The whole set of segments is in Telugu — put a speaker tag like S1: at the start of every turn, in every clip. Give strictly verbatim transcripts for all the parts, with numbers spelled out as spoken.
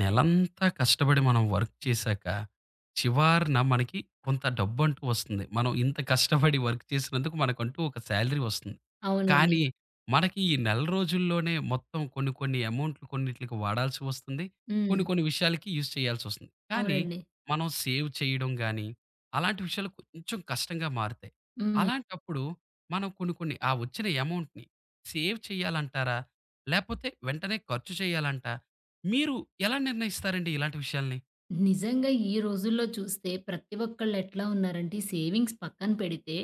S1: నెలంతా కష్టపడి మనం వర్క్ చేశాక, చివరన మనకి కొంత డబ్బంటూ వస్తుంది. మనం ఇంత కష్టపడి వర్క్ చేసినందుకు మనకంటూ ఒక సాలరీ వస్తుంది.
S2: అవునండి.
S1: కానీ, మనకి ఈ నెల రోజుల్లోనే మొత్తం కొన్ని కొన్ని అమౌంట్లు కొన్నిట్లికి వాడాల్సి వస్తుంది. కొన్ని
S2: హ్మ్.
S1: కొన్ని విషయాలకి యూజ్ చేయాల్సొస్తుంది. కానీ,
S2: అవునండి.
S1: మనం సేవ్ చేయడం గానీ, అలాంటి విషయాలు కొంచెం కష్టంగా మారుతాయి.
S2: హ్మ్.
S1: అలాంటప్పుడు మనం కొన్ని కొన్ని ఆ వచ్చిన అమౌంట్‌ని సేవ్ చేయాలంటారా? లేపోతే వెంటనే ఖర్చు చేయాలంట? మీరు ఎలా నిర్ణయిస్తారండి ఇలాంటి విషయాల్ని?
S2: నిజంగా ఈ రోజుల్లో చూస్తే ప్రతి ఒక్కళ్ళు ఎట్లా ఉన్నారంటే, ఈ సేవింగ్స్ పక్కన పెడితే,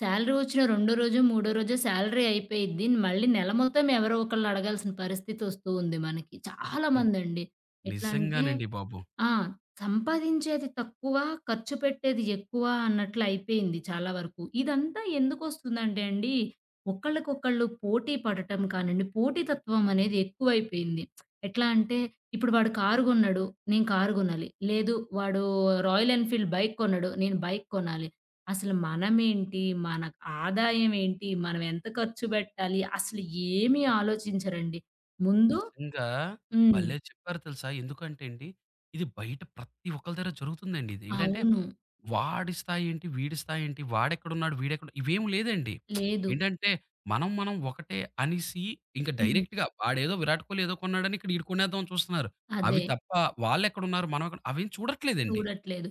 S2: శాలరీ వచ్చిన రెండో రోజో, మూడో రోజో శాలరీ అయిపోయిద్ది. మళ్ళీ నెల మొత్తం ఎవరో ఒకళ్ళని అడగాల్సిన పరిస్థితి వస్తూ ఉంది మనకి.
S1: హ్మ్.
S2: చాలామందండి. ఎట్లా అంటే
S1: నిజంగానండి బాబు.
S2: ఆ! సంపాదించేది తక్కువ, ఖర్చు పెట్టేది ఎక్కువ అన్నట్లు అయిపోయింది చాలా వరకు. ఇదంతా ఎందుకొస్తుందంటే అండి, ఒకళ్ళకొకళ్ళు పోటీ పడటం కానిండి, పోటీతత్వం అనేది ఎక్కువైపోయింది. ఎట్లా అంటే, ఇప్పుడు వాడు కారు గొన్నాడు, నేను కారు గొనాలి. లేదు వాడు రాయల్ ఎన్‌ఫీల్డ్ బైక్ కొన్నాడు, నేను బైక్ కొనాలి. అసలు మనమేంటి? మన ఆదాయం ఏంటి? మనం ఎంత ఖర్చు బెట్టాలి? అసలు ఏమీ ఆలోచించరండి. ముందు
S1: నిజంగా
S2: హ్మ్.
S1: భలే చెప్పారు తెలుసా? ఎందుకంటే అండి, ఇది బయట ప్రతి ఒక్కళ్ళ దగ్గర జరుగుతుందండి ఇది. ఏంటంటే
S2: అవును.
S1: వాడి స్థాయి ఏంటి? వీడి స్థాయి ఏంటి? వాడెక్కడున్నాడు? వీడెక్కడ ఇవేమి లేదండి.
S2: లేదు.
S1: ఏంటంటే మనం మనం ఒకటే అనేసి ఇంక
S2: హ్మ్.
S1: డైరెక్ట్‌గా వాడేదో విరాట్ కోహ్లీ ఏదో కొన్నాడని ఇక్కడ ఈడు కొనేద్దామని చూస్తున్నారు. అవి
S2: అదే.
S1: తప్ప వాళ్ళెక్కడున్నారు? మనం ఎక్కడ అవేం చూడట్లేదండి.
S2: చూడట్లేదు.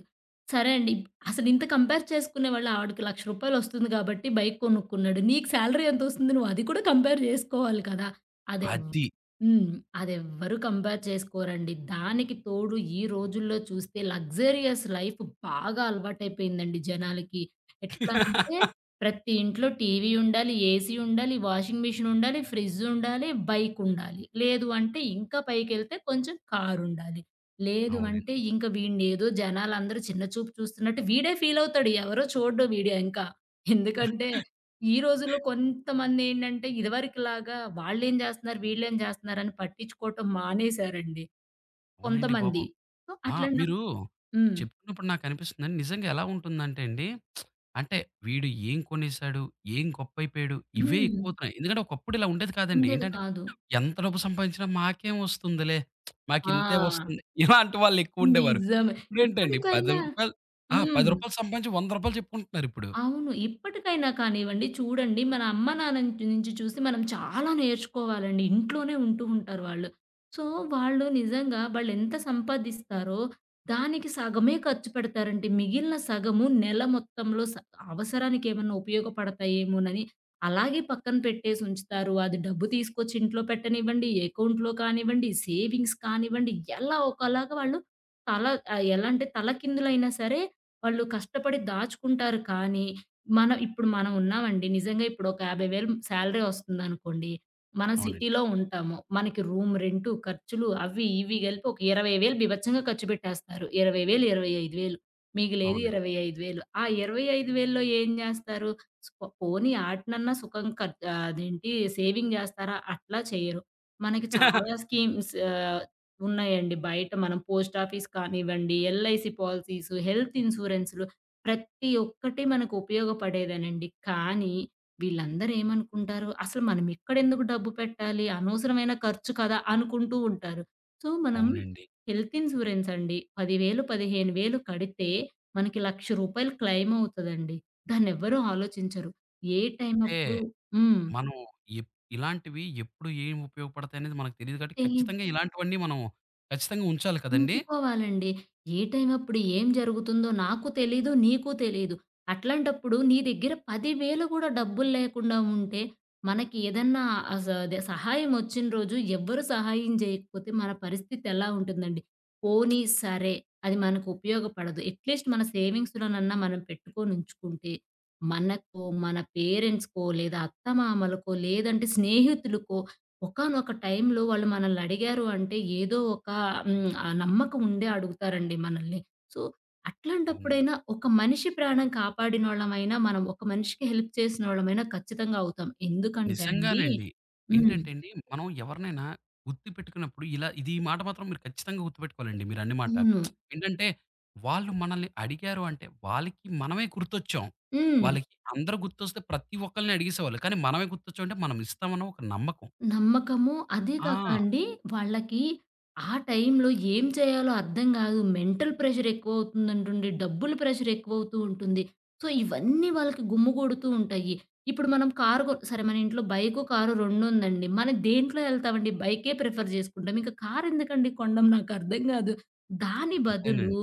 S2: సరే అండి. అసలింత కంపేర్ చేసుకునేవాళ్ళు ఆవిడకి ఒక లక్ష రూపాయలు వస్తుంది గాబట్టి బైక్ కొనుక్కున్నాడు. నీకు సాలరీ ఎంతొస్తుంది? నువ్వు అది కూడా కంపేర్ జేసుకోవాలి కదా! అదెవ్
S1: అది.
S2: హ్మ్. అదెవ్వరు కంపేర్ చేసుకోరండి. దానికి తోడు ఈ రోజుల్లో చూస్తే లగ్జరియస్ లైఫ్ బాగా అలవాటైపోయిందండి జనాలకి. ఎట్లా అంటే ప్రతి ఇంట్లో టీవీ ఉండాలి, ఏసీ ఉండాలి, వాషింగ్ మిషన్ ఉండాలి, ఫ్రిడ్జ్ ఉండాలి, బైక్ ఉండాలి. లేదు అంటే ఇంకా పైకెళ్తే కొంచెం కారుండాలి. లేదు
S1: అవునండి.
S2: అంటే ఇంక వీడినేదో జనాలందరూ చిన్న చూపు చూస్తున్నట్టు వీడే ఫీలవుతాడు. ఎవరో చూడడు వీడు ఇంకా. ఎందుకంటే ఈ రోజుల్లో కొంతమందేంటంటే ఇదివరకులాగా వాళ్ళేం జేస్తున్నారు, వీళ్ళేం జేస్తున్నారని పట్టించుకోవటం మానేశారండి
S1: అవునండి బాబు.
S2: కొంతమంది. సో,
S1: ఆ!
S2: అట్లాంటప్
S1: మీరు
S2: హ్మ్.
S1: చెప్తున్నప్పుడు నాకనిపిస్తుందండి. నిజంగా ఎలా ఉంటుందంటే అండి, అంటే వీడు ఏం కొనేసాడు? ఏం గొప్పైపోయాడు? ఇవే
S2: హ్మ్.
S1: ఎక్కువవుతున్నాయి. ఎందుకంటే ఒకప్పుడు ఇలా ఉండేది కాదండి.
S2: ఉండేది
S1: ఏంటంటే
S2: కాదు.
S1: ఎంత డబ్బు సంపాదించినా మాకేం వస్తుందిలే, మాకింతే
S2: ఆ!
S1: వస్తుంది. ఇలాంటి వాళ్ళెక్కువుండేవారు.
S2: నిజమే.
S1: ఇప్పుడేంటండి రూ. పది
S2: ఇప్పటికైనా
S1: ఆ!
S2: హ్మ్.
S1: రూ. పది సంపాదించి రూ. వంద చెప్పుకుంటున్నారిప్పుడు.
S2: అవును. ఇప్పటికైనా కానివ్వండి చూడండి మన అమ్మానాన్న నుంచి నుంచి చూసి మనం చాలా నేర్చుకోవాలండి. ఇంట్లోనే ఉంటూ ఉంటారు వాళ్ళు. సో, వాళ్ళు నిజంగా వాళ్ళెంత సంపాదిస్తారో దానికి సగమే ఖర్చు పెడతారండి. మిగిలిన సగము నెల మొత్తంలో స అవసరానికి ఏమన్నా ఉపయోగపడతాయేమోనని అలాగే పక్కన పెట్టేసి ఉంచుతారు. అది డబ్బు తీసుకొచ్చి ఇంట్లో పెట్టనివ్వండి, అకౌంట్‌లో కానివ్వండి, సేవింగ్స్ కానివ్వండి ఎలా ఒకలాగా వాళ్ళు తల ఆహ్, ఎలా అంటే తలకిందులైనా సరే వాళ్ళు కష్టపడి దాచుకుంటారు కానీ, మనం ఇప్పుడు మనం ఉన్నామండి. నిజంగా ఇప్పుడు ఒక యాభై వేలు సాలరీ వస్తుందనుకోండి. మనం
S1: అవునండి.
S2: సిటీలో ఉంటాము. మనకి రూమ్ రెంటు, ఖర్చులు అవి ఇవి కలిపి ఒక ఇరవై వేలు బీభత్సంగా ఖర్చు పెట్టేస్తారు. ఇరవై వేలు, ఇరవై ఐదు వేలు మిగిలేది
S1: అవునండి.
S2: ఇరవై ఐదు వేలు ఆ 25,000లో ఏం జేస్తారు? స్పో పోనీ ఆటినన్నా సుఖం ఖర్ అదేంటి సేవింగ్ జేస్తారా? అట్లా చేయరు. మనకి చాలా స్కీమ్స్ ఆహ్, ఉన్నాయండి. బయట మనం పోస్ట్ ఆఫీస్ కానివ్వండి, ఎల్ఐసి పాలిసీసు, హెల్త్ ఇన్స్యూరెన్స్‌లు ప్రతి ఒక్కటి మనకు ఉపయోగపడేదేనండి. కానీ వీళ్ళందరూ ఏమనుకుంటారు, అసలు మనం ఇక్కడెందుకు డబ్బు పెట్టాలి? అనవసరమైన ఖర్చు కదా! అనుకుంటూ ఉంటారు. సో, మనం
S1: అవునండి.
S2: హెల్త్ ఇన్స్యూరెన్స్ అండి పది వేలు, పదిహేను వేలు కడితే మనకి ఒక లక్ష రూపాయలు క్లెయిమ్ అవుతదండి. దాన్నెవ్వరూ ఆలోచించరు. ఏ టైం
S1: అంటే
S2: అప్పుడు హ్మ్.
S1: మనం ఎప్ ఇలాంటివి ఎప్పుడు ఏం ఉపయోగపడతాయనేది మనకు తెలీదు కాబట్టి
S2: తెలి
S1: ఖచ్చితంగా ఇలాంటివన్నీ మనం ఖచ్చితంగా ఉంచాలి కదండీ!
S2: ఉంచుకోవాలండి. ఏ టైం అప్పుడు ఏం జరుగుతుందో నాకు తెలీదు, నీకు తెలీదు. అట్లాంటప్పుడు నీ దగ్గర పది వేలు కూడా డబ్బులు లేకుండా ఉంటే, మనకి ఏదన్నా అస అదే సహాయం వచ్చిన రోజు ఎవ్వరు సహాయం జేయకపోతే మన పరిస్థితి ఎలా ఉంటుందండి? పోనీ సరే, అది మనకు ఉపయోగపడదు. అట్‌లీస్ట్ మన సేవింగ్స్‌లోనన్నా మనం పెట్టుకొనుంచుకుంటే, మనకో, మన పేరెంట్స్‌కో లేదా అత్తమామలకో, లేదంటే స్నేహితులకో ఒకానొక టైంలో వాళ్ళు మనల్ని అడిగారు అంటే ఏదో ఒక హ్మ్. ఆ నమ్మకం ఉండే అడుగుతారండి మనల్ని. సో,
S1: అవునండి.
S2: అట్లాంటప్పుడైనా ఒక మనిషి ప్రాణం కాపాడినోళ్ళమైనా, మనం ఒక మనిషికి హెల్ప్ చేసినోళ్ళమైనా ఖచ్చితంగా అవుతాం. ఎందుకంటే అండి
S1: నిజంగానండి.
S2: హ్మ్.
S1: ఏంటంటే అండి, మనం ఎవరినైనా గుర్తుపెట్టుకున్నప్పుడు ఇలా ఇది ఈ మాట మాత్రం మీరు ఖచ్చితంగా గుర్తుపెట్టుకోవాలండి మీరన్న మాట.
S2: అవును.
S1: ఏంటంటే, వాళ్ళు మనల్ని అడిగారు అంటే, వాళ్ళకి మనమే గుర్తొచ్చాం.
S2: హ్మ్.
S1: వాళ్ళకి అందరూ గుర్తొస్తే ప్రతి ఒక్కళ్ళని అడిగేసేవాళ్ళు. కానీ మనమే గుర్తొచ్చాం అంటే మనం ఇస్తామన్న ఒక నమ్మకం.
S2: నమ్మకము. అదే కాక
S1: ఆ!
S2: అండి, వాళ్ళకి ఆ టైంలో ఏం చేయాలో అర్థం కాదు. మెంటల్ ప్రెషర్ ఎక్కువవుతుందంటుండి. డబ్బుల ప్రెషర్ ఎక్కువవుతూ ఉంటుంది. సో, ఇవన్నీ వాళ్ళకి గుమ్మిగూడుతూ ఉంటాయి. ఇప్పుడు మనం కారు కొ సరే మన ఇంట్లో బైకు, కారు రెండుందండి. మనం దేంట్లో ఎళ్తామండి? బైకే ప్రిఫర్ చేసుకుంటాం. ఇంక కారెందుకండి కొండం నాకర్థం కాదు. దాని బదులు
S1: అంతేనండి.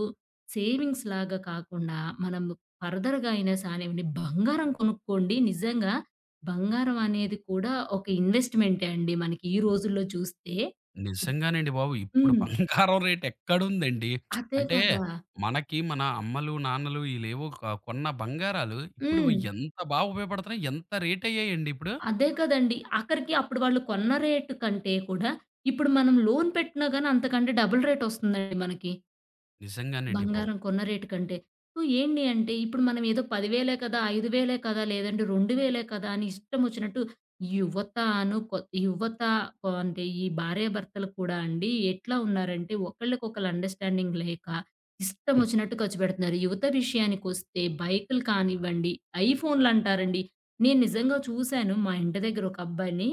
S2: సేవింగ్స్ లాగా కాకుండా, మనం ఫర్దర్‌గా అయినా సానివ్వండి, బంగారం కొనుక్కోండి నిజంగా బంగారం అనేది కూడా ఒక ఇన్వెస్ట్‌మెంటే అండి మనకి ఈ రోజుల్లో చూస్తే.
S1: నిజంగానండి బాబు. ఇప్పుడు
S2: హ్మ్.
S1: బంగారం రేట్ ఎక్కడుందండి.
S2: అదే
S1: అంటే
S2: కదా!
S1: మనకి మన అమ్మలు, నాన్నలు ఈళ్ళేవో క కొన్న బంగారాలు ఇప్పుడు
S2: హ్మ్.
S1: ఎంత బాగా ఉపయోగపడుతున్నాయి. ఎంత రేటయ్యాయండి ఇప్పుడు.
S2: అదే కదండీ. ఆఖరికి అప్పుడు వాళ్ళు కొన్న రేటు కంటే కూడా ఇప్పుడు మనం లోన్ పెట్టినా గాని అంతకంటే డబుల్ రేటొస్తుందండి మనకి.
S1: నిజంగానండి బాబు.
S2: బంగారం కొన్న రేటు కంటే. సో, ఏంటి అంటే ఇప్పుడు మనం ఏదో పది వేలు కదా, ఐదు వేలు కదా, లేదంటే రెండు వేలు కదా అని ఇష్టం వచ్చినట్టు ఈ యువతను కొ ఈ యువత కొ అంటే ఈ భార్యాభర్తలు కూడా అండి ఎట్లా ఉన్నారంటే ఒకళ్ళకొకళ్ళు అండర్‌స్టాండింగ్ లేక ఇష్టం
S1: హ్మ్.
S2: వచ్చినట్టు ఖర్చు పెడుతున్నారు. యువత విషయానికొస్తే బైకులు కానివ్వండి, ఐఫోన్‌లు అంటారండి. నేను నిజంగా చూసాను మా ఇంటి దగ్గర ఒక అబ్బాయిని.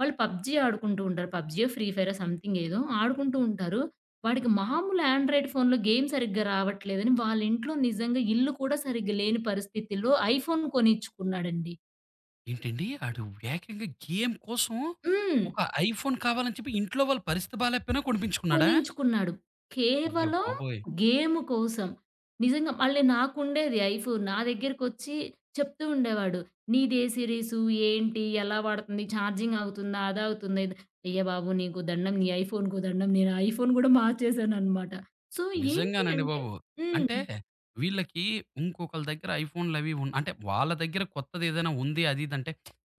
S2: వాళ్ళు పబ్‌జీ ఆడుకుంటూ ఉంటారు. పబ్‌జీయో, ఫ్రీ ఫైరో సంథింగ్ ఏదో ఆడుకుంటూ ఉంటారు. వాడికి మామూలు ఆండ్రాయిడ్ ఫోన్‌లో గేమ్ సరిగ్గా రావట్లేదని వాళ్ళింట్లో నిజంగా ఇల్లు కూడా సరిగ్గా లేని పరిస్థితిలో ఐఫోన్ కొనిచ్చుకున్నాడండి.
S1: ఏంటండి ఆడు ఏకంగా గేమ్ కోసం
S2: హ్మ్.
S1: ఒక ఐఫోన్ కావాలని చెప్పి ఇంట్లో వాళ్ళ పరిస్థితి బాలేపోయినా కొనిపించుకున్నాడా?
S2: కొనించుకున్నాడు.
S1: అయ్య
S2: కేవలం
S1: బాబోయ్!
S2: గేమ్ కోసం. నిజంగా మళ్ళీ నాకుండేది ఐఫోన్. నా దగ్గరకొచ్చి చెప్తూ ఉండేవాడు. "నీదే సిరీసు? ఏంటి? ఎలా వాడుతుంది? ఛార్జింగ్ ఆగుతుందా? అదాగుతుందా? ఇది" అయ్య బాబు! నీకు దండం. నీ ఐఫోన్‌కు దండం. నేను ఐఫోన్ గూడా మార్చేశాననమాట. సో, ఏంటి
S1: నిజంగానండి
S2: అంటే
S1: బాబు.
S2: హ్మ్.
S1: అంటే వీళ్ళకి ఇంకొకళ్ళ దగ్గర ఐఫోన్‌లవి ఉన్ అంటే వాళ్ళ దగ్గర కొత్తదేదైనా ఉంది అది ఇదంటే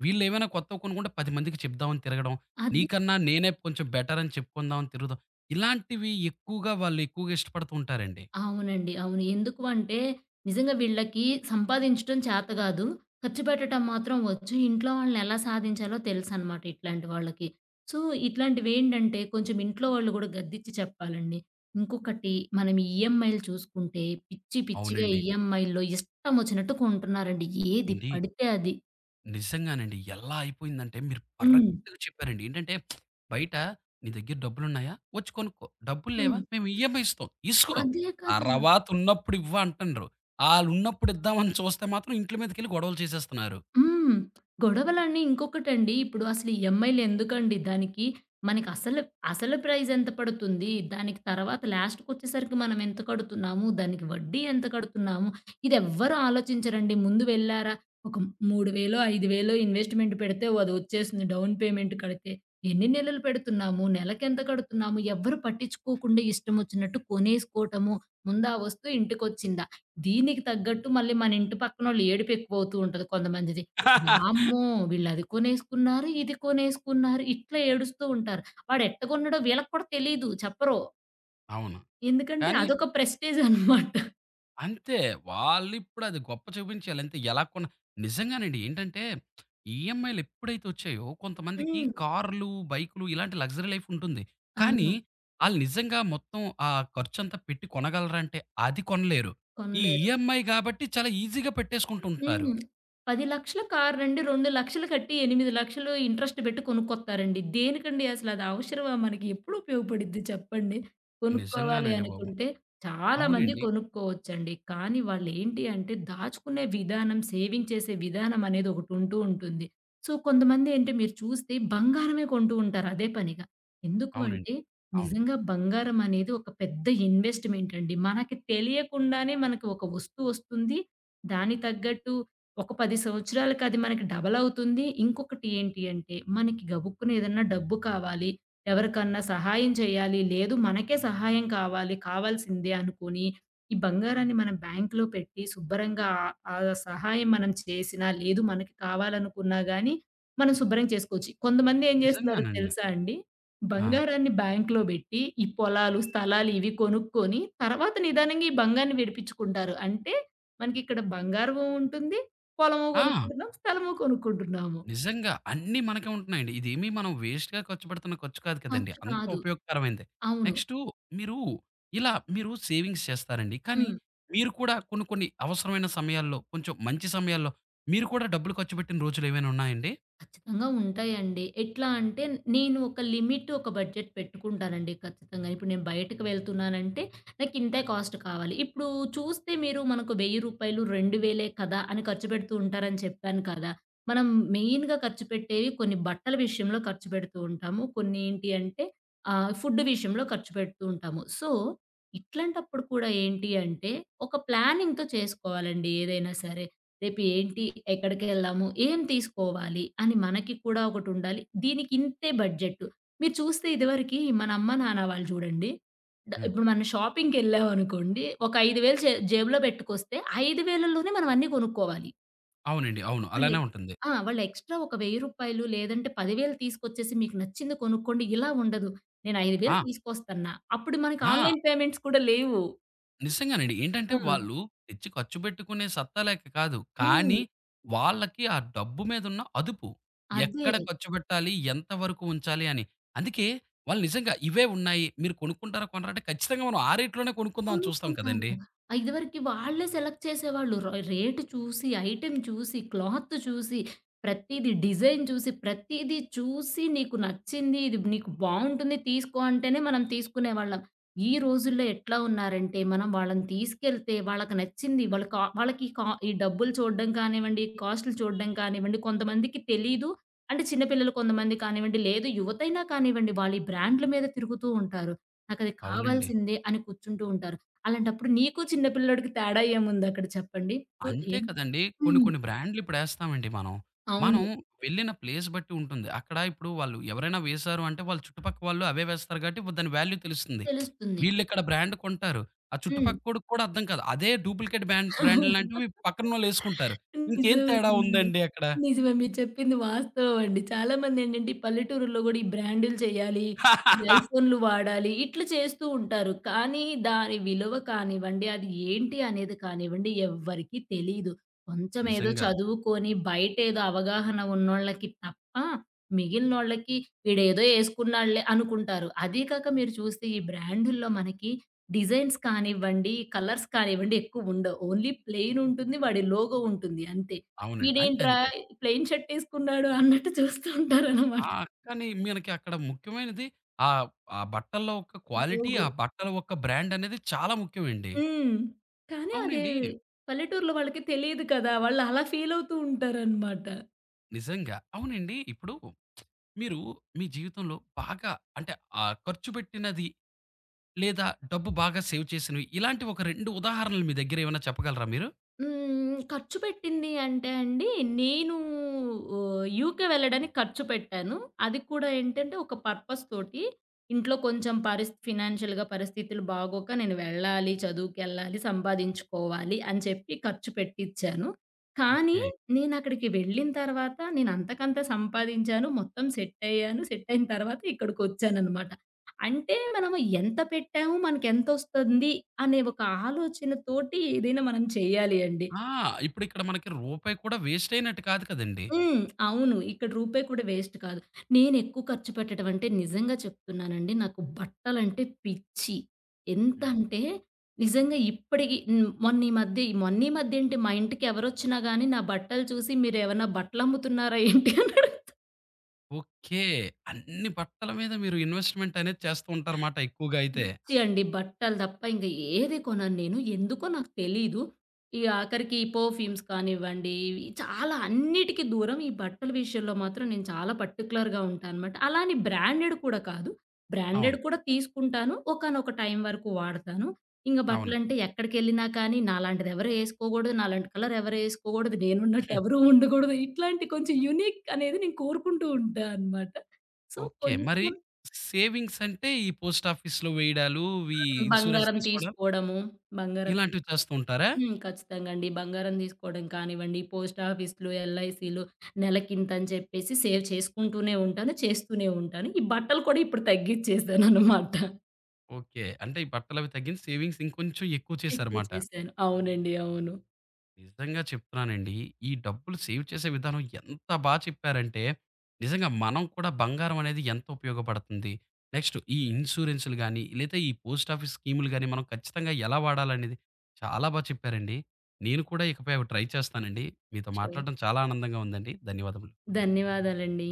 S1: వీళ్ళేమైనా కొత్తవి కొనుక్కుంటే పది మందికి చెప్దామని తిరగడం.
S2: అది
S1: నీకన్నా నేనే కొంచెం బెటర్ అని చెప్పుకుందాం అని తిరుగుదాం. ఇలాంటివి ఎక్కువగా వాళ్ళు ఎక్కువగా ఇష్టపడుతూ ఉంటారండి.
S2: అవునండి. అవును. ఎందుకు అంటే, నిజంగా వీళ్ళకి సంపాదించటం చేత గాదు. ఖర్చు పెట్టటం మాత్రం వచ్చు. ఇంట్లో వాళ్ళని ఎలా సాధించాలో తెలుసనమాట ఇట్లాంటి వాళ్ళకి. సో, ఇట్లాంటివేంటంటే, కొంచెం ఇంట్లో వాళ్ళు గూడా గద్దిచ్చి చెప్పాలండి. ఇంకొకటి మనం ఈఎంఐలు చూసుకుంటే, పిచ్చి పిచ్చిగా
S1: అవునండి.
S2: ఈఎంఐల్లో ఇష్టమొచ్చినట్టు కొంటున్నారండి. ఏది
S1: ఏంటి
S2: పడితే అది.
S1: నిజంగానండి. ఎలా అయిపోయిందంటే మీరు
S2: హ్మ్.
S1: పర్రెక్ట్‌గా చెప్పారండి. ఏంటంటే బయట "నీ దగ్గర డబ్బులున్నాయా? వచ్చి కొనుక్కో. డబ్బులు లేవా?
S2: హ్మ్.
S1: మేము ఈఎంఐ ఇస్తాం. ఇసుకో.
S2: అదే కదా!
S1: తర్వాత ఉన్నప్పుడు ఇవ్వు" అంటండ్రు. ఆళ్ళున్నప్పుడు ఇద్దామని చూస్తే మాత్రం ఇంట్ల మీదకెళ్ళి గొడవలు చేసేస్తున్నారు.
S2: హ్మ్. గొడవలని ఇంకొకటండి. ఇప్పుడు అసలు ఈఎంఐలు ఎందుకండి? దానికి మనకి అసలు, అసలు ప్రైస్ ఎంత పడుతుంది? దానికి తర్వాత లాస్ట్‌కొచ్చేసరికి మనం ఎంత కడుతున్నాము? దానికి వడ్డీ ఎంత కడుతున్నాము? ఇదెవ్వరు ఆలోచించరండి. ముందు వెళ్లారా ఒక మూడు వేలు, ఐదు వేలు ఇన్వెస్ట్‌మెంట్ పెడితే అదొచ్చేస్తుంది. డౌన్ పేమెంట్ కడితే. ఎన్ని నెలలు పెడుతున్నాము? నెలకెంత కడుతున్నాము? ఎవ్వరు పట్టించుకోకుండా ఇష్టమొచ్చినట్టు కొనేసుకోవటము. ముందా వస్తువు ఇంటికొచ్చిందా? దీనికి తగ్గట్టు మళ్ళీ మన ఇంటి పక్కనోళ్ళు ఏడుపు ఎక్కువవుతూ ఉంటది కొంతమందిది. వామ్మో! వీళ్ళది కొనేసుకున్నారు, ఇది కొనేసుకున్నారు. ఇట్లా ఏడుస్తూ ఉంటారు. వాడు ఎట్ట కొన్నాడో వీళ్ళకి కూడా తెలీదు చెప్పరు.
S1: అవును.
S2: ఎందుకంటే
S1: కానీ
S2: అదొక ప్రెస్టీజ్ అన్నమాట.
S1: అంతే. వాళ్ళిప్పుడు అది గొప్ప చూపించాలి అంతే. ఎలా కొన్న నిజంగానండి. ఏంటంటే ఈఎంఐలు ఎప్పుడైతే వచ్చాయో కొంతమందికి
S2: హ్మ్.
S1: కార్‌లు, బైకులు ఇలాంటి లగ్జరీ లైఫ్ ఉంటుంది. కానీ
S2: అవును.
S1: ఆళ్ళు నిజంగా మొత్తం ఆ ఖర్చంతా పెట్టి కొనగలరా అంటే అది కొనలేరు. ఈ
S2: కొనలేదు.
S1: ఈఎంఐ గాబట్టి చాలా ఈజీగా పెట్టేసుకుంటూ ఉంటారు.
S2: హ్మ్. పది లక్షల కారునండి రెండు లక్షలు కట్టి ఎనిమిది లక్షలు ఇంట్రెస్ట్ పెట్టి కొనుక్కొత్తారండి. దేనికండి అసలు అది అవసరమా మనకి? ఎప్పుడు ఉపయోగపడిద్ది చెప్పండి? కొనుక్కోవాలి
S1: నిజంగానండి బాబు.
S2: అనుకుంటే చాలా మంది
S1: అవునండి.
S2: కొనుక్కోవచ్చండి. కానీ వాళ్ళేంటి అంటే దాచుకునే విధానం, సేవింగ్ చేసే విధానం అనేది ఒకటుంటూ ఉంటుంది. సో, కొంతమంది ఏంటి మీరు చూస్తే బంగారమే కొంటూ ఉంటారు అదే పనిగా. ఎందుకు
S1: అవునండి.
S2: అంటే
S1: అవును.
S2: నిజంగా బంగారం అనేది ఒక పెద్ద ఇన్వెస్ట్‌మెంట్ అండి. మనకి తెలియకుండానే మనకు ఒక వస్తువొస్తుంది దానికి తగ్గట్టు ఒక పది సంవత్సరాలకి అది మనకి డబల్ అవుతుంది. ఇంకొకటి ఏంటి అంటే, మనకి గబుక్కున ఏదన్నా డబ్బు కావాలి, ఎవరికన్నా సహాయం చేయాలి, లేదు మనకే సహాయం కావాలి, కావాల్సిందే అనుకోని, ఈ బంగారాన్ని మనం బ్యాంక్‌లో పెట్టి శుభ్రంగా ఆహ్, ఆ సహాయం మనం చేసినా, లేదు మనకి కావాలనుకున్నా గాని, మనం శుభ్రం చేసుకోవచ్చు. కొంతమంది ఏం చేస్తున్నారో
S1: నిజంగానండి.
S2: తెలుసా అండి?
S1: ఆ!
S2: బంగారాన్ని బ్యాంక్‌లో పెట్టి, ఈ పొలాలు, స్థలాలు ఇవి కొనుక్కొని, తర్వాత నిదానంగా ఈ బంగారాన్ని విడిపించుకుంటారు. అంటే మనకిక్కడ బంగారము ఉంటుంది. పొలము
S1: ఆ!
S2: కొనుక్కుంటున్నాం. స్థలము కొనుక్కుంటున్నాము.
S1: నిజంగా. అన్నీ మనకే ఉంటున్నాయండి. ఇదేమి మనం వేస్ట్‌గా ఖర్చు పెడుతున్న ఖర్చు కాదు కదండీ!
S2: ఖర్చు
S1: అంతా
S2: కాదు.
S1: ఉపయోగకరమైందే.
S2: అవును.
S1: నెక్స్టు మీరు ఇలా మీరు సేవింగ్స్ చేస్తారండి. కానీ
S2: హ్మ్.
S1: మీరు కూడా కొన్ని కొన్ని అవసరమైన సమయాల్లో, కొంచెం మంచి సమయాల్లో మీరు కూడా డబ్బులు ఖర్చు పెట్టిన రోజులేమైనా ఉన్నాయండి?
S2: ఖచ్చితంగా ఉంటాయండి. ఎట్లా అంటే నేను ఒక లిమిట్, ఒక బడ్జెట్ పెట్టుకుంటానండి ఖచ్చితంగా. ఇప్పుడు నేను బయటకి వెళ్తున్నానంటే నాకు ఇంతే కాస్ట్ కావాలి. ఇప్పుడు చూస్తే మీరు మనకు రూ. వెయ్యి, రెండు వేలు కదా అని ఖర్చు పెడుతూ ఉంటారని చెప్పాను కదా! మనం మెయిన్‌గా ఖర్చు పెట్టేవి కొన్ని బట్టల విషయంలో ఖర్చు పెడుతూ ఉంటాము. కొన్ని ఏంటి అంటే ఆహ్, ఫుడ్ విషయంలో ఖర్చు పెడుతూ ఉంటాము. సో, ఇట్లాంటప్పుడు కూడా ఏంటి అంటే ఒక ప్లానింగ్‌తో చేసుకోవాలండి ఏదైనా సరే. రేపు ఏంటి? ఎక్కడికెళ్ళాము? ఏం తీసుకోవాలి? అని మనకి కూడా ఒకటుండాలి. దీనికి ఇంతే బడ్జెట్. మీరు చూస్తే ఇదివరకి మన అమ్మ, నాన్న వాళ్ళు చూడండి. డ
S1: హ్మ్.
S2: ఇప్పుడు మనం షాపింగ్‌కెళ్ళామనుకోండి. ఒక ఐదు వేలు జే జేబులో పెట్టుకొస్తే 5,000లోనే మనం అన్నీ కొనుక్కోవాలి.
S1: అవునండి. అవును.
S2: వాళ్ళు
S1: అలానే
S2: ఎక్స్
S1: ఉంటుంది.
S2: ఆ! వాళ్ళు ఎక్స్‌ట్రా ఒక రూ. వెయ్యి లేదంటే పది వేలు తీసుకొచ్చేసి మీకు నచ్చింది కొనుక్కోండి ఇలా ఉండదు. నేను ఐదు వేలు
S1: ఆ!
S2: తీసుకొస్తన్నా. అప్పుడు మనకి
S1: ఆ!
S2: ఆన్‌లైన్ పేమెంట్స్ కూడా లేవు.
S1: నిజంగానండి.
S2: ఆ!
S1: ఏంటంటే వాళ్ళు తెచ్చి ఖర్చు పెట్టుకునే సత్తా లేక కాదు.
S2: హ్మ్.
S1: కానీ వాళ్ళకి ఆ డబ్బు మీదున్న అదుపు.
S2: అదే.
S1: ఎక్కడ ఖర్చు పెట్టాలి? ఎంత వరకు ఉంచాలి అని. అందుకే వాళ్ళు నిజంగా ఇవే ఉన్నాయి. మీరు కొనుక్కుంటారా కొనరా అంటే ఖచ్చితంగా మనం ఆ రేట్‌లోనే కొనుక్కుందాం అని చూస్తాం కదండీ!
S2: కొనుక్కుంటాము. ఆహ్, ఇదివరకి వాళ్ళే సెలెక్ట్ చేసేవాళ్ళు. ర రేట్ చూసి, ఐటెమ్ చూసి, క్లాత్ చూసి, ప్రతీది డిజైన్ చూసి, ప్రతీది చూసి నీకు నచ్చింది, ఇది నీకు బావుంటుంది తీసుకో అంటేనే మనం తీసుకునేవాళ్ళం. ఈ రోజుల్లో ఎట్లా ఉన్నారంటే, మనం వాళ్ళని తీసుకెళ్తే వాళ్ళకి నచ్చింది వాళ్ళు కా వాళ్ళకి ఈ కా ఈ డబ్బులు చూడడం కానివ్వండి, కాస్ట్‌లు చూడడం కానివ్వండి, కొంతమందికి తెలీదు. అంటే చిన్న పిల్లలు కొంతమంది కానివ్వండి, లేదు యువతైనా కానివ్వండి, వాళ్ళు ఈ బ్రాండ్‌ల మీద తిరుగుతూ ఉంటారు. నాకది
S1: అవునండి.
S2: కావాల్సిందే అని కూర్చుంటూ ఉంటారు. అలాంటప్పుడు నీకు చిన్న పిల్లోడికి తేడా ఏముందక్కడ చెప్పండి. సో,
S1: అంతే
S2: ఏం
S1: కదండీ! కొన్ని
S2: హ్మ్.
S1: కొన్ని బ్రాండ్‌లు ఇప్పుడేస్తామండి మనం. మనం
S2: అవును.
S1: వెళ్ళిన ప్లేస్ బట్టి ఉంటుంది. అక్కడ ఇప్పుడు వాళ్ళు ఎవరైనా వేశారు అంటే వాళ్ళ చుట్టుపక్క వాళ్ళు అవే వేస్తారు కాబట్టి వ దాని వాల్యూ తెలుస్తుంది.
S2: తెలుస్తుంది.
S1: వీళ్ళిక్కడ బ్రాండ్ కొంటారు. ఆ
S2: హ్మ్.
S1: చుట్టుపక్కోడికి కూడా అర్థం కాదు. అదే డూప్లికేట్ బ్యాన్ బ్రాండ్‌లు లాంటివి పక్కనోళ్ళేసుకుంటారు. ఇంకేం
S2: నిజమే.
S1: తేడా
S2: నిజమే.
S1: ఉందండి అక్కడ?
S2: నిజమే. మీరు చెప్పింది వాస్తవం అండి. చాలా మందేంటంటే, ఈ పల్లెటూరుల్లో గూడా ఈ బ్రాండులు చేయాలి, ఈ ఐఫోన్‌లు వాడాలి, ఇట్లా చేస్తూ ఉంటారు. కానీ దాని విలువ కానివ్వండి, అది ఏంటి అనేది కానివ్వండి, ఎవ్వరికీ తెలీదు. కొంచెమేదో
S1: నిజంగా.
S2: చదువుకొని, బయటేదో అవగాహన ఉన్నోళ్ళకి తప్ప, మిగిలినోళ్ళకి వీడేదో యేసుకున్నాడులే అనుకుంటారు. అదీ కాక మీరు చూస్తే ఈ బ్రాండుల్లో మనకి డిజైన్స్ కానివ్వండి, కలర్స్ కానివ్వండి ఎక్కువుండవు. ఓన్లీ ప్లెయిన్ ఉంటుంది. వాడి లోగో ఉంటుంది అంతే.
S1: అవునండి. అంతే
S2: ఈడేంట్రా
S1: అంతే.
S2: ప్లెయిన్ షర్ట్ ఏసుకున్నాడు అన్నట్టు చూస్తూ ఉంటారనమాట.
S1: ఆ! కానీ మనకి అక్కడ ముఖ్యమైనది ఆహ్, ఆ బట్టల యొక్క క్వాలిటీ,
S2: లోగో.
S1: ఆ బట్టల యొక్క బ్రాండ్ అనేది చాలా ముఖ్యమండి.
S2: హ్మ్. కానీ అదే
S1: అవునండి.
S2: పల్లెటూరులో వాళ్ళకి తెలీదు కదా! వాళ్ళు అలా ఫీల్ అవుతూ ఉంటారనమాట.
S1: నిజంగా. అవునండి. ఇప్పుడు మీరు మీ జీవితంలో బాగా అంటే ఆహ్, ఖర్చు పెట్టినది లేదా డబ్బు బాగా సేవ్ చేసినవి ఇలాంటివి ఒక రెండు ఉదాహరణలు మీ దగ్గర ఏమైనా చెప్పగలరా మీరు?
S2: హ్మ్. ఖర్చు పెట్టింది అంటే అండి, నేను ఆహ్, యూకే వెళ్ళడానికి ఖర్చు పెట్టాను. అది కూడా ఏంటంటే, ఒక పర్పస్ తోటి. ఇంట్లో కొంచెం పరిస్ ఫినాన్షియల్‌గా పరిస్థితులు బాగోక నేను వెళ్ళాలి, చదువుకెళ్ళాలి, సంపాదించుకోవాలి అని చెప్పి ఖర్చు పెట్టిచ్చాను. కానీ
S1: ఓకే.
S2: నేనక్కడికి వెళ్ళిన తర్వాత నేనంతకంత సంపాదించాను. మొత్తం సెట్ అయ్యాను. సెట్ అయిన తర్వాత ఇక్కడికొచ్చాననమాట. అంటే మనము ఎంత పెట్టాము, మనకెంతొస్తుంది అనే ఒక ఆలోచనతోటి ఏదైనా మనం చేయాలి అండి.
S1: ఆ! ఇప్పుడిక్కడ మనకి రూపాయి కూడా వేస్ట్ అయినట్టు కాదు కదండీ!
S2: హ్మ్. అవును. ఇక్కడ రూపాయి కూడా వేస్ట్ కాదు. నేనెక్కువ ఖర్చు పెట్టడం అంటే నిజంగా చెప్తున్నానండి. నాకు బట్టలంటే పిచ్చి.
S1: హ్మ్.
S2: ఎంతంటే నిజంగా ఇప్పటికి హ్మ్. మొన్న ఈ మధ్య మొన్న ఈ మధ్య ఏంటి మా ఇంటికి ఎవరొచ్చినా గానీ నా బట్టలు చూసి మీరేమన్నా బట్టలమ్ముతున్నారా ఏంటి అన్నారు.
S1: ఓకే. అన్ని బట్టల మీద మీరు ఇన్వెస్ట్‌మెంట్ అనేది చేస్తూ ఉంటారుమాట ఎక్కువగా అయితే.
S2: ఛీ అండి. బట్టలు తప్ప ఇంక ఏది కొనను నేను. ఎందుకో నాకు తెలీదు. ఈ ఆఖరికి ఈ పర్ఫ్యూమ్స్ కానివ్వండి, ఇవి చాలా అన్నిటికి దూరం ఈ బట్టల విషయంలో మాత్రం నేను చాలా పర్టిక్యులర్‌గా ఉంటానన్నమాట. అలా అని బ్రాండెడ్ కూడా కాదు. బ్రాండెడ్
S1: అవును.
S2: కూడా తీసుకుంటాను. ఒకానొక టైం వరకు వాడతాను. ఇంక
S1: అవునండి.
S2: బట్టలంటే ఎక్కడికెళ్ళినా కానీ నాలాంటిది ఎవరు ఏసుకోకూడదు. నాలాంటి కలర్ ఎవరు ఏసుకోకూడదు. నేనున్నట్టు ఎవరు ఉండకూడదు. ఇట్లాంటి కొంచెం యూనిక్ అనేది నేను కోరుకుంటూ ఉంటా అన్నమాట. So,
S1: okay. మరి
S2: కొంచెం
S1: సేవింగ్స్ అంటే ఈ పోస్ట్ ఆఫీస్‌లో వేయడాలు, ఈ ఇన్స్యూరెన్స్
S2: బంగారం
S1: తీసుకోవడాలు
S2: తీసుకోవడము. బంగారం
S1: ఇలాంటివి
S2: తీసుకో
S1: చేస్తూ ఉంటారా?
S2: హ్మ్. ఖచ్చితంగా అండి. బంగారం తీసుకోవడం కానివ్వండి, పోస్ట్ ఆఫీస్‌లు, ఎల్ఐసీలు నెలకింతని చెప్పేసి సేవ్ చేసుకుంటూనే ఉంటాను. చేస్తూనే ఉంటాను. ఈ బట్టలు కూడా ఇప్పుడు తగ్గిచ్చేసాననమాట.
S1: ఓకే. అంటే ఈ బట్టలవి తగ్గించి సేవింగ్స్ ఇంకొంచెం ఎక్కువ
S2: ఎక్కువ
S1: చేశారమాట.
S2: చేశాను. అవునండి. అవును.
S1: నిజంగా చెప్తున్నానండి. ఈ డబ్బులు సేవ్ చేసే విధానం ఎంత బా చెప్పారంటే, నిజంగా మనం కూడా బంగారం అనేది ఎంత ఉపయోగపడుతుంది. నెక్స్ట్ ఈ ఇన్సూరెన్స్‌లు గాని, లేదా ఈ పోస్ట్ ఆఫీస్ స్కీములు గాని, మనం ఖచ్చితంగా ఎలా వాడాలనేది చాలా బా చెప్పారండి. నేను కూడా ఇకపై అవి ట్రై చేస్తానండి. మీతో
S2: షూర్.
S1: మాట్లాడడం చాలా ఆనందంగా ఉందండి. ధన్యవాదములు.
S2: ధన్యవాదాలండి.